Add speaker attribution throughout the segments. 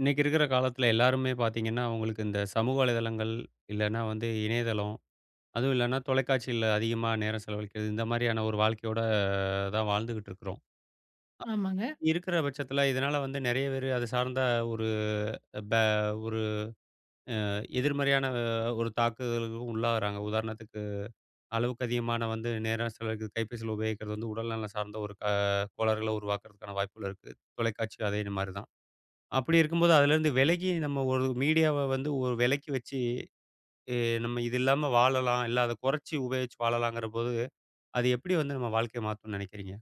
Speaker 1: இன்னைக்கு இருக்கிற காலத்துல எல்லாருமே பார்த்தீங்கன்னா, அவங்களுக்கு இந்த சமூக வலைதளங்கள், இல்லன்னா வந்து இணையதளம், அதுவும் இல்லன்னா தொலைக்காட்சியில அதிகமா நேரம் செலவழிக்கிறது, இந்த மாரியான ஒரு வாழ்க்கையோட தான் வாழ்ந்துகிட்டு இருக்கிறோம்.
Speaker 2: ஆமாங்க.
Speaker 1: இருக்கிற பட்சத்துல இதனால வந்து நெறைய பேரு அது சார்ந்த ஒரு ப ஒரு எதிர்மறையான ஒரு தாக்குதலுக்கும் உள்ளாகுறாங்க. உதாரணத்துக்கு அளவுக்கு அதிகமான வந்து நேரம் செலவழிக்கிறது, கைபேசியில உபயோகிக்கிறது வந்து உடல் நலம் சார்ந்த ஒரு க கோளாறுகள உருவாக்குறதுக்கான வாய்ப்புகள் இருக்கு. தொலைக்காட்சி அதே மாரி தான். அப்படி இருக்கும்போது அதுலேருந்து விலகி நம்ம ஒரு மீடியாவ வந்து ஒரு விலக்கி வச்சு எ நம்ம இது இல்லாம வாழலாம். இல்ல அத குறைச்சு உபயோகிச்சு வாழலாங்கிற போது, அது எப்படி வந்து நம்ம வாழ்க்கைய மாத்தும்னு நினைக்கிறீங்க?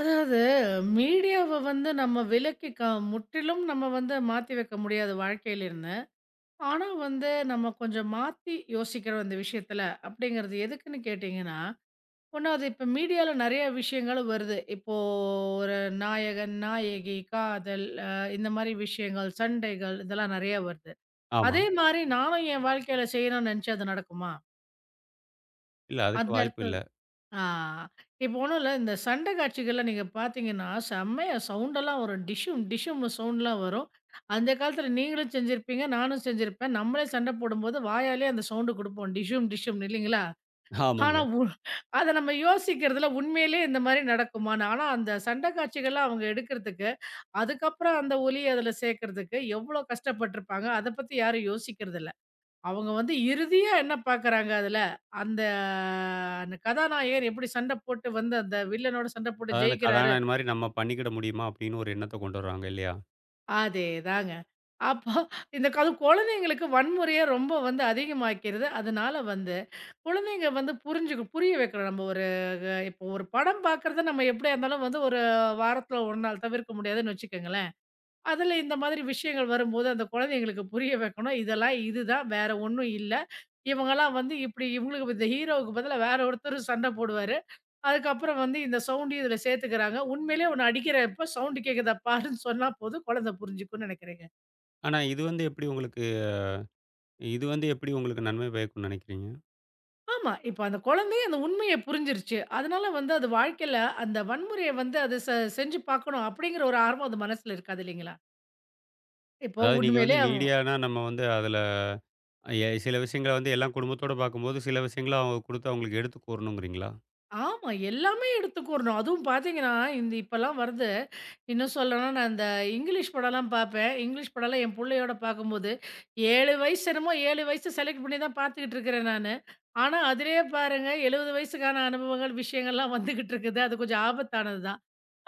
Speaker 2: அதாவது மீடியாவ வந்து நம்ம விலக்கி முற்றிலும் நம்ம வந்து மாத்தி வைக்க முடியாது வாழ்க்கையிலிருந்து. ஆனா வந்து நம்ம கொஞ்சம் மாத்தி யோசிக்கிறோம் இந்த விஷயத்துல, அப்படிங்கிறது எதுக்குன்னு கேட்டீங்கன்னா, 1வது இப்ப மீடியால நெறைய விஷயங்கள் வருது. இப்போ ஒரு நாயகன், நாயகி, காதல் இந்த மாரி விஷயங்கள், சண்டைகள் இதெல்லாம் நெறைய வருது.
Speaker 1: ஆமா.
Speaker 2: அதே மாரி நானும் என் வாழ்க்கையில செய்யணும்னு நெனச்சா அது நடக்குமா?
Speaker 1: இல்ல அதுக்கு
Speaker 2: அந்த
Speaker 1: வாய்ப்பு
Speaker 2: இடத்து
Speaker 1: இல்ல.
Speaker 2: ஆ. இப்போ ஒண்ணும் இல்ல. இந்த சண்டை காட்சிகள்லாம் நீங்க பார்த்தீங்கன்னா, செம்மையா சவுண்டெல்லாம் வரும். டிஷ்ஷும் டிஷ்ஷும்னு சவுண்ட்லாம் வரும். அந்த காலத்தில நீங்களும் செஞ்சிருப்பீங்க, நானும் செஞ்சிருப்பேன். நம்மளே சண்டை போடும்போது வாயாலேயே அந்த சவுண்டு குடுப்போம். டிஷ்ஷும் டிஷ்ஷும்னு இல்லைங்களா? ஆனா
Speaker 1: ஆமாங்க.
Speaker 2: அத நம்ம யோசிக்கிறதில உண்மையிலேயே இந்த மாரி நடக்குமான்னு. ஆனா அந்த சண்டை காட்சிகள்லாம் அவங்க எடுக்கிறதுக்கு, அதுக்கப்புறம் அந்த ஒலிய அதில சேர்க்கிறதுக்கு எவ்வளோ கஷ்டப்பட்டுருப்பாங்க. அத பத்தி யாரும் யோசிக்கிறதில்ல. அவங்க வந்து இறுதியா என்ன பார்க்குறாங்க அதுல, அந்த அந்த கதாநாயகன் எப்படி சண்டை போட்டு வந்து அந்த வில்லனோட சண்டை போட்டு
Speaker 1: அதாவது அந்த
Speaker 2: ஜெயிக்கிறாரு,
Speaker 1: கதாநாயகன் மாரி நம்ம பண்ணிக்கிட முடியுமா? அப்படின்னு ஒரு எண்ணத்த கொண்டு வருவாங்க இல்லையா?
Speaker 2: அதேதாங்க. அப்போ இந்த க அதுவும் குழந்தைங்களுக்கு வன்முறைய ரொம்ப வந்து அதிகமாக்கிறது. அதனால வந்து குழந்தைங்க வந்து புரிய வைக்கணும். நம்ம ஒரு இப்போ ஒரு படம் பார்க்குறத நம்ம எப்படியா இருந்தாலும் வந்து ஒரு வாரத்துல 1 நாள் தவிர்க்க முடியாதுன்னு வச்சுக்கோங்களேன். அதில இந்த மாதிரி விஷயங்கள் வரும்போது, அந்த குழந்தைங்களுக்கு புரிய வைக்கணும். இதெல்லாம் இதுதான். வேற ஒண்ணும் இல்ல. இவங்கலாம் வந்து இப்படி இவங்களுக்கு இந்த ஹீரோவுக்கு பதிலா வேற ஒருத்தர் சண்டை போடுவாரு. அதுக்கப்புறம் வந்து இந்த சவுண்டையும் இதில சேர்த்துக்கிறாங்க. உண்மையிலேயே உன்ன அடிக்கிறப்ப சவுண்ட் கேட்குதா பாருன்னு சொன்னா போதும், குழந்தை புரிஞ்சுக்கும்னு நினைக்கிறேங்க.
Speaker 1: ஆனா இது வந்து எப்படி உங்களுக்கு நன்மை பயக்கும்னு நினைக்கிறீங்க?
Speaker 2: ஆமா. இப்ப அந்த குழந்தையும் அந்த உண்மைய புரிஞ்சிருச்சு. அதனால வந்து அது வாழ்க்கையில அந்த வன்முறைய வந்து அது செஞ்சு பார்க்கணும் அப்படிங்கிற ஒரு ஆர்வம் அது மனசுல இருக்காது இல்லைங்களா? இப்போ
Speaker 1: அதாவது நீங்க வந்து
Speaker 2: உண்மையிலே அவன்
Speaker 1: மீடியானா நம்ம வந்து அதுல சில விஷயங்கள வந்து எல்லாம் குடும்பத்தோட பார்க்கும்போது, சில விஷயங்கள அவங்க குடுத்து அவங்களுக்கு எடுத்து கூறணுங்கிறீங்களா?
Speaker 2: ஆமா. எல்லாமே எடுத்துக்கூறணும். அதுவும் பார்த்தீங்கன்னா, இந்த இப்பலாம் வருது. இன்னும் சொல்லணும்னா, நான் இங்கிலீஷ் படம்லாம் பார்ப்பேன். இங்கிலீஷ் படம்லாம் என் புள்ளையோட பார்க்கும்போது, 7 வயசு என்னமோ 7 வயசு செலக்ட் பண்ணி தான் பார்த்துக்கிட்டு இருக்கிறேன் நானு. ஆனா, அதிலேயே பாருங்க 70 வயசுக்கான அனுபவங்கள், விஷயங்கள்லாம் வந்துகிட்டு இருக்குது. அது கொஞ்சம் ஆபத்தானது தான்.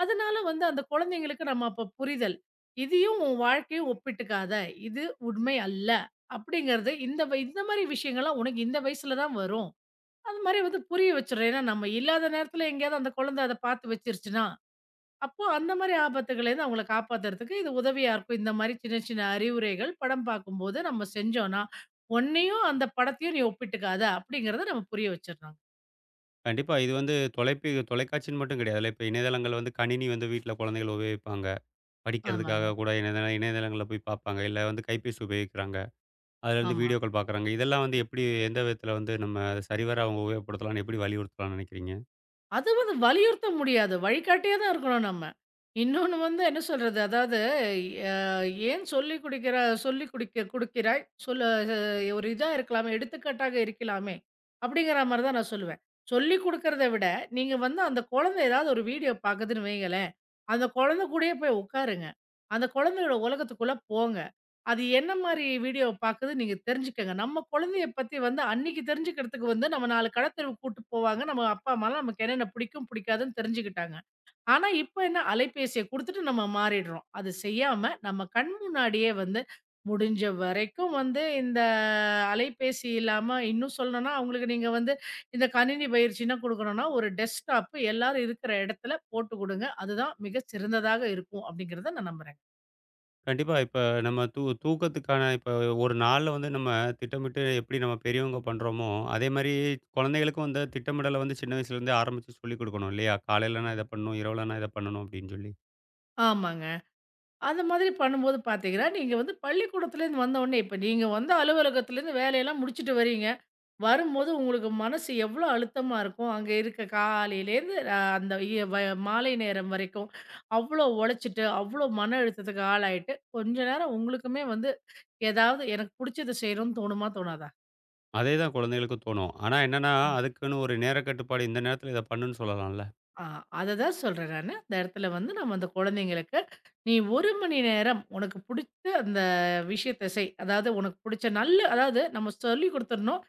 Speaker 2: அதனால வந்து அந்த குழந்தைங்களுக்கு நம்ம அப்ப புரிதல். "இதையும் உன் வாழ்க்கையும் ஒப்பிட்டுக்காத. இது உண்மை அல்ல." அப்படிங்கிறது இந்த மாரி விஷயங்கள்லாம் உனக்கு இந்த வயசுல தான் வரும். அது மாரி வந்து புரிய வச்சுர்றேன். ஏன்னா, நம்ம இல்லாத நேரத்துல எங்கேயாவது அந்த குழந்தை அத பார்த்து வச்சுருச்சுன்னா, அப்போ அந்த மாரி ஆபத்துகள்லேருந்து அவங்கள காப்பாத்துறதுக்கு இது உதவியா இருக்கும். இந்த மாரி சின்ன சின்ன அறிவுரைகள் படம் பார்க்கும்போது நம்ம செஞ்சோன்னா, "உன்னையும் அந்த படத்தையும் நீ ஒப்பிட்டுக்காத" அப்படிங்கிறத நம்ம புரிய வச்சுர்றோம்.
Speaker 1: கண்டிப்பா. இது வந்து தொலைக்காட்சின்னு மட்டும் கிடையாதுல்ல. இப்ப இணையதளங்கள் வந்து கணினி வந்து வீட்ல குழந்தைகள் உபயோகிப்பாங்க.
Speaker 2: ஆமாங்க.
Speaker 1: படிக்கிறதுக்காக கூட இணையதளங்கள்ல போய் பார்ப்பாங்க. இல்ல வந்து கைபேசி உபயோகிக்கிறாங்க. அதுலேருந்து
Speaker 2: ஆமா.
Speaker 1: வீடியோக்கள் பார்க்குறாங்க. இதெல்லாம் வந்து எப்படி எந்த விதத்தில வந்து நம்ம அதை சரிவர அவங்க உபயோகப்படுத்தலாம்னு எப்படி வலியுறுத்தலாம்னு நினைக்கிறீங்க?
Speaker 2: அது வந்து வலியுறுத்த முடியாது. வழிகாட்டியா தான் இருக்கணும் நம்ம. இன்னொன்னு வந்து என்ன சொல்றது? அதாவது அ ஏன் சொல்லிக் குடுக்கிற சொல்லிக் குடிக்க குடுக்கிறாய்? ஒரு இதா இருக்கலாமே, எடுத்துக்காட்டாக இருக்கலாமே! அப்படிங்கிற மாரி தான் நான் சொல்லுவேன். சொல்லிக் குடுக்கிறத விட, நீங்க வந்து அந்த குழந்தை ஏதாவது ஒரு வீடியோ பாக்குதுன்னு வைங்களேன், அந்த குழந்தை கூடயே போய் உட்காருங்க. அந்த குழந்தையோட உலகத்துக்குள்ள போங்க. அது என்ன மாரி வீடியோ பாக்குது நீங்க தெரிஞ்சுக்கங்க. நம்ம குழந்தைய பத்தி வந்து அன்னைக்கு தெரிஞ்சுக்கிறதுக்கு வந்து நம்ம 4 கடத்தெருவுக்கு கூட்டு போவாங்க. நம்ம அப்பா, அம்மாலாம் நமக்கு என்னென்ன பிடிக்கும், பிடிக்காதுன்னு தெரிஞ்சுக்கிட்டாங்க. ஆனா இப்ப என்ன அலைபேசிய குடுத்துட்டு நம்ம மாறிடுறோம். அது செய்யாம நம்ம கண் முன்னாடியே வந்து முடிஞ்ச வரைக்கும் வந்து அலைபேசி இல்லாம இன்னும் சொல்லணும்னா, அவங்களுக்கு நீங்க வந்து இந்த கணினி பயிற்சின்னா குடுக்கணும்னா, ஒரு டெஸ்க்டாப் எல்லாரும் இருக்கிற இடத்துல போட்டு குடுங்க. அதுதான் மிக சிறந்ததாக இருக்கும். அப்படிங்கிறத நான் நம்புறேன்.
Speaker 1: கண்டிப்பா இப்ப நம்ம தூக்கத்துக்கான இப்ப ஒரு நாள்ல வந்து நம்ம திட்டமிட்டு எப்படி நம்ம பெரியவங்க பண்றோமோ, அதே மாரி குழந்தைகளுக்கும் வந்து திட்டமிடல வந்து சின்ன வயசுலேருந்தே ஆரம்பிச்சு சொல்லிக் கொடுக்கணும் இல்லையா? காலையில நான் இத பண்ணணும், இரவுல நான் இத பண்ணணும் அப்படின்னு சொல்லி.
Speaker 2: ஆமாங்க. அந்த மாதிரி பண்ணும்போது பார்த்தீங்கன்னா, நீங்க வந்து பள்ளிக்கூடத்துலேருந்து வந்தவுடனே இப்ப நீங்க வந்து அலுவலகத்துலேருந்து வேலையெல்லாம் முடிச்சுட்டு வரீங்க. வரும்போது உங்களுக்கு மனசு எவ்வளோ அழுத்தமா இருக்கும். அங்க இருக்க காலையிலேருந்து அ அந்த இய வ மாலை நேரம் வரைக்கும் அவ்வளோ உழைச்சுட்டு, அவ்வளோ மன அழுத்தத்துக்கு ஆளாயிட்டு, கொஞ்ச நேரம் உங்களுக்குமே வந்து ஏதாவது எனக்கு புடிச்சத செய்யணும்னு தோணுமா? தோணாதா?
Speaker 1: அதே தான் குழந்தைகளுக்கும் தோணும். ஆனா என்னன்னா, அதுக்குன்னு ஒரு நேர கட்டுப்பாடு இந்த நேரத்தில இத பண்ணுன்னு சொல்லலாம்ல.
Speaker 2: ஆ, அததான் சொல்றேன் நானு. அந்த இடத்துல வந்து நம்ம அந்த குழந்தைங்களுக்கு, "நீ 1 மணி நேரம் உனக்கு பிடித்த அந்த விஷயத்த செய்." அதாவது உனக்கு பிடிச்ச நல்ல அதாவது நம்ம சொல்லிக் குடுத்துறணும்.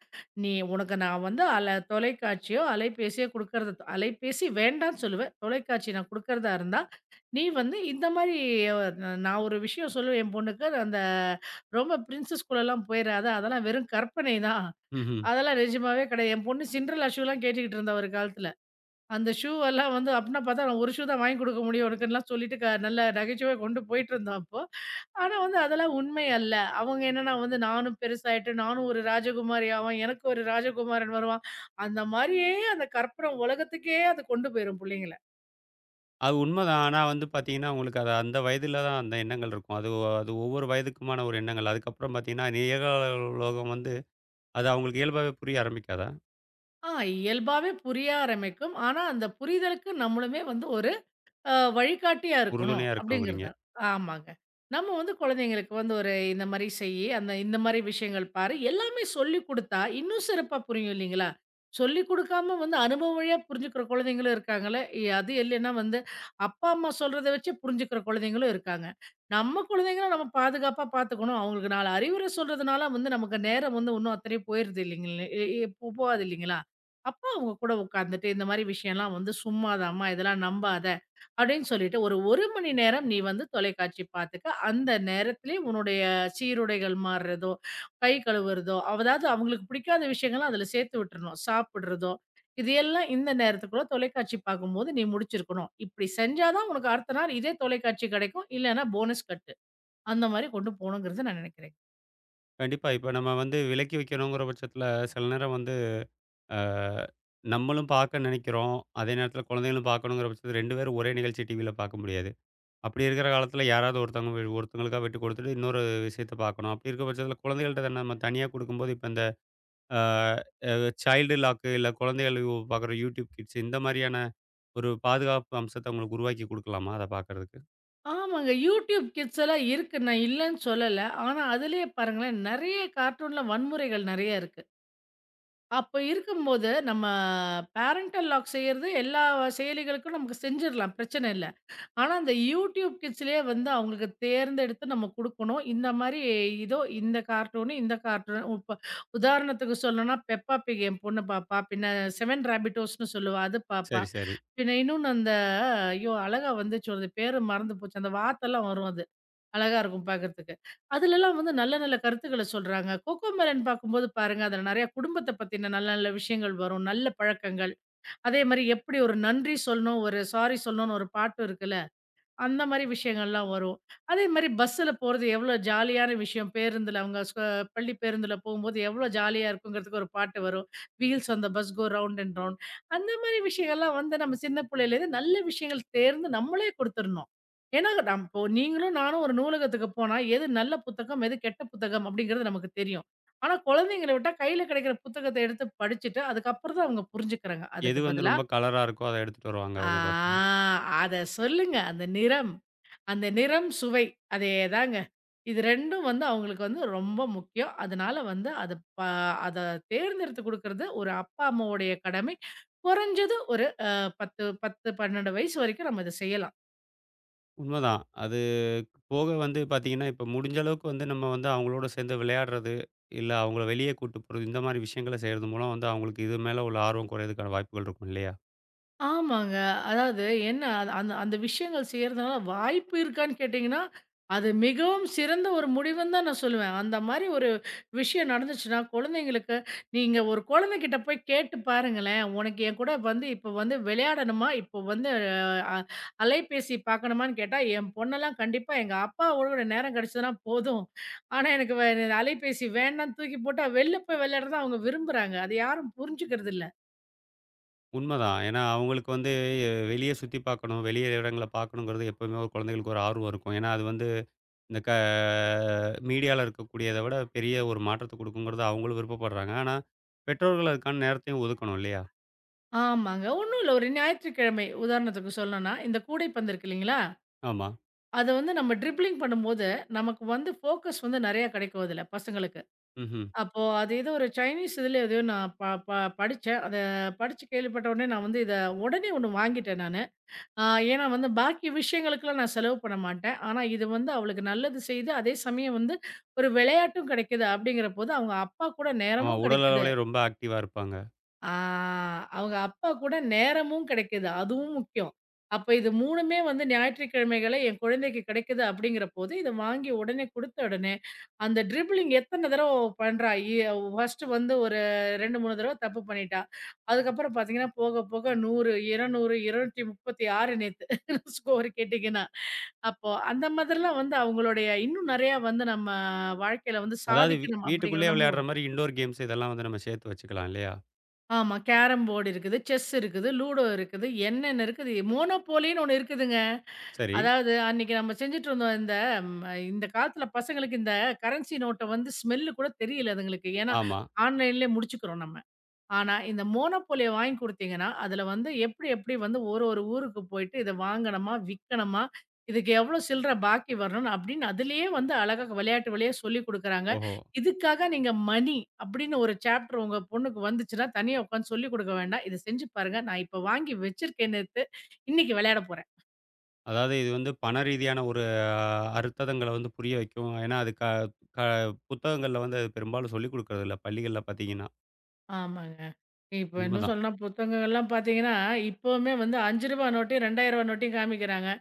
Speaker 2: "நீ உனக்கு நான் வந்து தொலைக்காட்சியோ, அலைபேசியோ குடுக்கறத அலைபேசி வேண்டான்னு சொல்லுவேன். தொலைக்காட்சி நான் குடுக்கறதா இருந்தா, நீ வந்து இந்த மாரி அ நான் ஒரு விஷயம் சொல்லுவேன் என் பொண்ணுக்கு. அந்த ரொம்ப பிரின்சஸ் ஸ்கூலலாம் போயிறாத. அதெல்லாம் வெறும் கற்பனை தான்.
Speaker 1: ம்ஹ்ம்.
Speaker 2: அதெல்லாம் நிஜமாவே கிடையாது." என் பொண்ணு சிண்ட்ரெல்லா ஷூலாம் கேட்டுக்கிட்டு இருந்தா ஒரு காலத்துல. அந்த ஷூ எல்லாம் வந்து அப்படீன்னா பார்த்தா, நான் ஒரு ஷூ தான் வாங்கி குடுக்க முடியும் உனக்குன்லாம் சொல்லிட்டு நல்ல நகைச்சுவையா கொண்டு போயிட்டுருந்தோம் அப்போ. ஆனா வந்து அதெல்லாம் உண்மை அல்ல. அவங்க என்னன்னா வந்து நானும் பெருசாயிட்டு, நானும் ஒரு ராஜகுமாரி ஆவேன், எனக்கு ஒரு ராஜகுமாரன் வருவான். அந்த மாரியே அந்த கற்பனை உலகத்துக்கே அது கொண்டு போயிரும் புள்ளைங்கள.
Speaker 1: அது உண்மதான். ஆனா வந்து பார்த்தீங்கன்னா, உங்களுக்கு அது அந்த வயதில தான் அந்த எண்ணங்கள் இருக்கும். அது ஒவ்வொரு வயதுக்குமான ஒரு எண்ணங்கள். அதுக்கப்புறம் பார்த்தீங்கன்னா, நிகழ உலகம் வந்து அது அவங்களுக்கு இயல்பாவே புரிய ஆரம்பிக்காதா?
Speaker 2: ஆ, இயல்பாவே புரிய ஆரம்பிக்கும். ஆனா அந்த புரிதலுக்கு நம்மளுமே வந்து ஒரு வழிகாட்டியா இருக்கணும்
Speaker 1: உறுதுணையா
Speaker 2: அப்படிங்கிறது
Speaker 1: இருக்கணுங்கிறீங்க.
Speaker 2: தான். ஆமாங்க. நம்ம வந்து குழந்தைங்களுக்கு வந்து ஒரு இந்த மாரி செய்யி, அந்த இந்த மாரி விஷயங்கள் பாரு, எல்லாமே சொல்லிக் குடுத்தா இன்னும் சிறப்பா புரியும் இல்லைங்களா? சொல்லிக் குடுக்காம வந்து அனுபவ வழியா புரிஞ்சுக்கிற குழந்தைங்களும் இருக்காங்கல்ல. அது இல்லைன்னா வந்து அப்பா, அம்மா சொல்றத வச்சு புரிஞ்சுக்கிற குழந்தைங்களும் இருக்காங்க. நம்ம குழந்தைங்கள நம்ம பாதுகாப்பா பார்த்துக்கணும். அவங்களுக்கு 4 அறிவுரை சொல்றதுனால வந்து நமக்கு நேரம் வந்து இன்னும் அத்தனையும் போயிருது இல்லைங்கள எ எ போகாது இல்லைங்களா? அப்ப அவங்க கூட உட்காந்துட்டு இந்த மாரி விஷயம்லாம் வந்து சும்மாதாம்மா இதெல்லாம் நம்பாத. அப்படின்னு சொல்லிட்டு ஒரு 1 மணி நேரம் நீ வந்து தொலைக்காட்சி பார்த்துக்க. அந்த நேரத்திலே உன்னுடைய சீருடைகள் மாறுறதோ, கை கழுவுறதோ, அதாவது அவங்களுக்கு பிடிக்காத விஷயங்கள அதில சேர்த்து விட்டுறணும். சாப்பிடுறதோ, இது எல்லாம் இந்த நேரத்துக்குள்ள தொலைக்காட்சி பார்க்கும்போது நீ முடிச்சிருக்கணும். இப்படி செஞ்சா தான் உனக்கு அடுத்த நாள் இதே தொலைக்காட்சி கிடைக்கும். இல்லன்னா போனஸ் கட்டு. அந்த மாரி கொண்டு போணுங்கிறத நான் நினைக்கிறேன்.
Speaker 1: கண்டிப்பா. இப்ப நம்ம வந்து விலக்கி வைக்கணுங்கிற பட்சத்தில சில நேரம் வந்து அ நம்மளும் பார்க்க நினைக்கிறோம். அதே நேரத்தில குழந்தைகளும் பார்க்கணுங்கிற பட்சத்தில 2 பேரும் ஒரே நிகழ்ச்சி டிவியில பார்க்க முடியாது. அப்படி இருக்கிற காலத்தில யாராவது ஒருத்தவங்க ஒருத்தவங்களுக்கா விட்டு கொடுத்துட்டு இன்னொரு விஷயத்த பார்க்கணும். அப்படி இருக்க பட்சத்தில குழந்தைகள்ட்ட நம்ம தனியா கொடுக்கும்போது, இப்ப இந்த அ சைல்டு லாக்கு இல்ல குழந்தைகள் பார்க்குற யூடியூப் கிட்ஸ் இந்த மாரியான ஒரு பாதுகாப்பு அம்சத்த உங்களுக்கு உருவாக்கி குடுக்கலாமா அத பார்க்கறதுக்கு?
Speaker 2: ஆமாங்க. யூடியூப் கிட்ஸ் எல்லாம் இருக்கு. நான் இல்லன்னு சொல்லல. ஆனா அதிலேயே பாருங்களேன் நெறைய கார்ட்டூன்ல வன்முறைகள் நெறைய இருக்கு. அப்ப இருக்கும்போது, நம்ம பேரன்டல் லாக் செய்யறது எல்லா செயலிகளுக்கும் நமக்கு செஞ்சிரலாம். பிரச்சனை இல்ல. ஆனா, அந்த YouTube Kidsலயே வந்து அவங்களுக்கு தேர்ந்தெடுத்து நம்ம குடுக்கணும். இந்த மாரி இதோ இந்த கார்ட்டூனு, இந்த கார்ட்டூனு இப்ப உதாரணத்துக்கு சொல்லணும்னா, பெப்பா பிக் என் பொண்ணு பாப்பா. பின்ன செவன் ரேபிட்டோஸ்ன்னு சொல்லுவா. அது பாப்பா.
Speaker 1: சரி, சரி.
Speaker 2: பின்ன இன்னொன்னு அந்த ஐயோ! அழகா வந்துச்சு. அது பேரு மறந்து போச்சு. அந்த வாத்தெல்லாம் வரும் அது. அழகா இருக்கும் பார்க்கறதுக்கு. அதுலலாம் வந்து நல்ல நல்ல கருத்துக்கள சொல்றாங்க. கோகோமெலன் பார்க்கும்போது பாருங்க, அதுல நெறைய குடும்பத்த பத்தின நல்ல நல்ல விஷயங்கள் வரும். நல்ல பழக்கங்கள். அதே மாரி எப்படி ஒரு நன்றி சொல்லணும், ஒரு சாரி சொல்லணும்னு ஒரு பாட்டு இருக்குல்ல. அந்த மாரி விஷயங்கள்லாம் வரும். அதே மாரி பஸ்ஸுல போறது எவ்வளோ ஜாலியான விஷயம். பேருந்துல அவங்க ஸ்கூ பள்ளி பேருந்துல போகும்போது எவ்வளோ ஜாலியா இருக்குங்கிறதுக்கு ஒரு பாட்டு வரும். Wheels on the bus go round and round. அந்த மாரி விஷயங்கள்லாம் வந்து நம்ம சின்ன பிள்ளையிலேருந்து நல்ல விஷயங்கள் தேர்ந்து நம்மளே குடுத்துறணும். ஏன்னா நம் இப்போ நீங்களும் நானும் ஒரு நூலகத்துக்கு போனா, எது நல்ல புத்தகம், எது கெட்ட புத்தகம் அப்படிங்கிறது நமக்கு தெரியும். ஆனா குழந்தைங்கள விட்டா கையில கிடைக்கிற புத்தகத்த எடுத்து படிச்சுட்டு, அதுக்கப்புறம் தான் அவங்க புரிஞ்சுக்கிறாங்க.
Speaker 1: எது
Speaker 2: அதுக்கு
Speaker 1: வந்து
Speaker 2: பதிலா,
Speaker 1: ரொம்ப கலரா இருக்கோ அத எடுத்துட்டு வருவாங்க அவங்க பார்த்தீங்கன்னா.
Speaker 2: ஆ அத சொல்லுங்க. அந்த நிறம், அந்த நிறம், சுவை அதேதாங்க. இது 2ம் வந்து அவங்களுக்கு வந்து ரொம்ப முக்கியம். அதனால வந்து ப அத தேர்ந்தெடுத்து குடுக்குறது ஒரு அப்பா, அம்மாவுடைய கடமை. குறைஞ்சது ஒரு 10, 10, 12 வயசு வரைக்கும் நம்ம இத செய்யலாம்.
Speaker 1: உண்மதான். அது போக வந்து பார்த்தீங்கன்னா, இப்ப முடிஞ்ச அளவுக்கு வந்து நம்ம வந்து அவங்களோட சேர்ந்து விளையாடுறது, இல்ல அவங்கள வெளிய கூட்டு போறது இந்த மாரி விஷயங்கள செய்றது மூலம் வந்து அவங்களுக்கு இது மேல உள்ள ஆர்வம் குறையதுக்கான வாய்ப்புகள் இருக்கும் இல்லையா?
Speaker 2: ஆமாங்க. அதாவது என்ன அது அந்த அந்த விஷயங்கள் செய்றதுனால வாய்ப்பு இருக்கான்னு கேட்டீங்கன்னா, அது மிகவும் சிறந்த ஒரு முடிவுன்னு தான் நான் சொல்லுவேன். அந்த மாரி ஒரு விஷயம் நடந்துச்சுன்னா, குழந்தைங்களுக்கு நீங்க ஒரு குழந்தைகிட்ட போய் கேட்டு பாருங்களேன். "உனக்கு என் கூட வந்து இப்போ வந்து விளையாடணுமா? இப்போ வந்து அ அலைபேசி பார்க்கணுமான்னு கேட்டா, என் பொண்ணெல்லாம் கண்டிப்பா எங்க அப்பாவோட நேரம் கிடைச்சதுனா போதும். ஆனா எனக்கு அலைபேசி வேண்டான்னு தூக்கி போட்டா, வெளில போய் விளையாடுறத அவங்க விரும்புறாங்க." அது யாரும் புரிஞ்சுக்கிறதில்ல.
Speaker 1: உண்மதான். ஏன்னா, அவங்களுக்கு வந்து வெளிய சுத்தி பார்க்கணும், வெளிய இடங்கள பார்க்கணுங்கிறது எப்பவுமே ஒரு குழந்தைகளுக்கு ஒரு ஆர்வம் இருக்கும். ஏன்னா, அது வந்து இந்த க மீடியால இருக்கக்கூடியத விட பெரிய ஒரு மாற்றத்த குடுக்குங்கிறது அவங்களும் விருப்பப்படுறாங்க. ஆனா, பெற்றோர்கள் அதுக்கான நேரத்தையும் ஒதுக்கணும் இல்லையா?
Speaker 2: ஆமாங்க. ஒண்ணும் இல்ல. ஒரு ஞாயிற்றுக்கிழமை உதாரணத்துக்கு சொல்லணும்னா, இந்த கூடைப்பந்து இருக்கு இல்லைங்களா?
Speaker 1: ஆமா.
Speaker 2: அத வந்து நம்ம ட்ரிப்ளிங் பண்ணும்போது, நமக்கு வந்து ஃபோக்கஸ் வந்து நெறைய கிடைக்கும் அதுல பசங்களுக்கு.
Speaker 1: ம்ஹ்ம்.
Speaker 2: அப்போ அது ஏதோ ஒரு சைனீஸ் இதுல எதையோ நான் ப ப படிச்சேன். அத படிச்சு கேள்விப்பட்ட உடனே நான் வந்து உடனே ஒண்ணு வாங்கிட்டேன் நானு. ஆ, ஏன்னா வந்து பாக்கி விஷயங்களுக்கெல்லாம் நான் செலவு பண்ண மாட்டேன். ஆனா இது வந்து அவளுக்கு நல்லது செய்யுது. அதே சமயம் வந்து ஒரு விளையாட்டும் கிடைக்குது. அப்படிங்கிறபோது அவங்க அப்பா கூட
Speaker 1: ஆமா.
Speaker 2: நேரமும்
Speaker 1: உடல்
Speaker 2: கிடைக்குது.
Speaker 1: அளவுலயே ரொம்ப ஆக்டிவா இருப்பாங்க.
Speaker 2: ஆ, அவங்க அப்பா கூட நேரமும் கிடைக்குது. அதுவும் முக்கியம். அப்ப இது 3மே வந்து ஞாயிற்றுக்கிழமைகள்ல என் குழந்தைக்கு கிடைக்குது அப்படிங்கிற போது, இத வாங்கி உடனே குடுத்த உடனே, அந்த ட்ரிப்ளிங் எத்தன தடவ பண்றா? ஃபர்ஸ்ட்டு வந்து ஒரு 2, 3 தடவ தப்பு பண்ணிட்டா. அதுக்கப்புறம் பார்த்தீங்கன்னா, போக போக 100, 200, 236 நேத்து ஸ்கோர் கேட்டீங்கன்னா. அப்போ அந்த மாதிரிலாம் வந்து அவங்களுடைய இன்னும் நெறையா வந்து நம்ம வாழ்க்கையில வந்து
Speaker 1: அதாவது
Speaker 2: சாதிக்கணும் அப்படிங்கிற
Speaker 1: வீட்டுக்குள்ளேயே
Speaker 2: எண்ணமும்
Speaker 1: விளையாடுற
Speaker 2: வரும்.
Speaker 1: மாரி இன்டோர் கேம்ஸ் இதெல்லாம் வந்து நம்ம சேர்த்து வச்சுக்கலாம் இல்லையா?
Speaker 2: ஆமா. கேரம் போர்டு இருக்குது, செஸ் இருக்குது, லூடோ இருக்குது, என்னென்ன இருக்குது. மோனோபோலின்னு ஒண்ணு இருக்குதுங்க.
Speaker 1: சரி.
Speaker 2: அதாவது அன்னைக்கு நம்ம செஞ்சுட்டு இருந்தோம். இந்த இந்த காலத்துல பசங்களுக்கு இந்த கரன்சி நோட்ட வந்து ஸ்மெல்லு கூட தெரியல அதுங்களுக்கு. ஏன்னா,
Speaker 1: ஆமா.
Speaker 2: ஆன்லைன்லயே முடிச்சுக்கிறோம் நம்ம. ஆனா, இந்த மோனோபோலிய வாங்கி குடுத்தீங்கன்னா, அதுல வந்து எப்படி எப்படி வந்து ஒரு ஒரு ஊருக்கு போயிட்டு இத வாங்கணுமா? விக்கணுமா? இதுக்கு எவ்ளோ சில்லற பாக்கி வரணும் அப்படின்னு அதிலேயே வந்து அழகா விளையாட்டு வழியா சொல்லிக் குடுக்குறாங்க.
Speaker 1: ஓஹோ!
Speaker 2: இதுக்காக நீங்க மணி அப்படின்னு ஒரு சாப்டர் உங்க பொண்ணுக்கு வந்துச்சுன்னா, தனியா உட்காந்து சொல்லிக் குடுக்க வேண்டாம். இத செஞ்சு பாருங்க. நான் இப்ப வாங்கி வச்சிருக்கேன் நேத்து. இன்னைக்கு விளையாட போறேன்.
Speaker 1: அதாவது இது வந்து பண ரீதியான ஒரு அர்த்ததங்கள வந்து புரிய வைக்கும். ஏன்னா, அது க க புத்தகங்கள்ல வந்து அது பெரும்பாலும் சொல்லிக் குடுக்குறதில்ல பள்ளிகள்ல பார்த்தீங்கன்னா.
Speaker 2: ஆமாங்க. இப்ப இன்னும்
Speaker 1: உண்மதான்.
Speaker 2: சொல்லணும்னா புத்தகங்கள்லாம் பாத்தீங்கன்னா, இப்பவுமே வந்து ரூ. 5 நோட்டையும், ரூ. 2000 நோட்டையும் காமிக்கிறாங்க.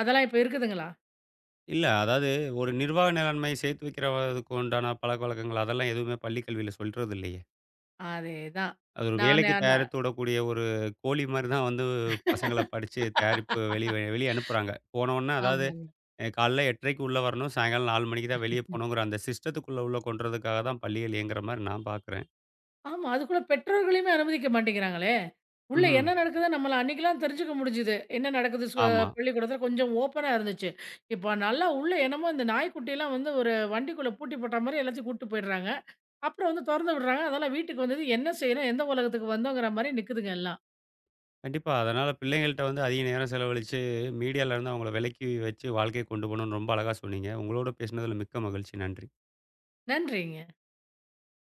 Speaker 2: அதெல்லாம் இப்ப இருக்குதுங்களா?
Speaker 1: இல்ல அதாவது ஒரு நிர்வாக மேலாண்மை சேர்த்து வைக்கிறதுக்கு உண்டான பழக்கவழக்கங்கள் அதெல்லாம் எதுவுமே பள்ளி கல்வியில சொல்றது இல்லையே.
Speaker 2: அதேதான்.
Speaker 1: அது ஒரு
Speaker 2: நானு
Speaker 1: வேலைக்கு தயாரித்து விடக்கூடிய ஒரு கோழி மாரி தான் வந்து பசங்கள படிச்சு தயாரிப்பு வெளிய வெளிய அனுப்புறாங்க. போனோனே அதாவது
Speaker 2: ஆமாங்க.
Speaker 1: காலைல 8:30க்கு உள்ள வரணும். சாயங்காலம் 4 மணிக்கு தான் வெளிய போகணுங்கிற அந்த சிஸ்டத்துக்குள்ள உள்ள கொண்டுறதுக்காக தான் பள்ளிகள் இயங்குற மாரி நான் பார்க்குறேன்.
Speaker 2: ஆமா. அதுக்குள்ள பெற்றோர்களையுமே அனுமதிக்க மாட்டேங்கிறாங்களே! உள்ள
Speaker 1: ம்ஹ்ம்.
Speaker 2: என்ன நடக்குதுன்னு நம்மள அன்னைக்குலாம் தெரிஞ்சுக்க முடிஞ்சுது. என்ன நடக்குது ஸ்கூ
Speaker 1: ஆமா.
Speaker 2: பள்ளிக்கூடத்துல கொஞ்சம் ஓப்பனா இருந்துச்சு. இப்ப நல்லா உள்ள என்னமோ இந்த நாய்க்குட்டிலாம் வந்து ஒரு வண்டிக்குள்ள பூட்டி போட்ட மாரி எல்லாத்தையும் கூட்டு போயிடுறாங்க. அப்புறம் வந்து தொறந்து விடுறாங்க. அதெல்லாம் வீட்டுக்கு வந்தது என்ன செய்றோம்? எந்த உலகத்துக்கு வந்தோங்கிற மாரி நிக்குதுங்க எல்லாம்.
Speaker 1: கண்டிப்பா. அதனால பிள்ளைங்கள்ட்ட வந்து அதிக நேரம் செலவழிச்சு, மீடியால இருந்து அவங்கள விலக்கி வச்சு வாழ்க்கைய கொண்டு போணும்னு ரொம்ப அழகா சொன்னீங்க. உங்களோட பேசினதுல மிக்க மகிழ்ச்சி. நன்றி.
Speaker 2: நன்றிங்க.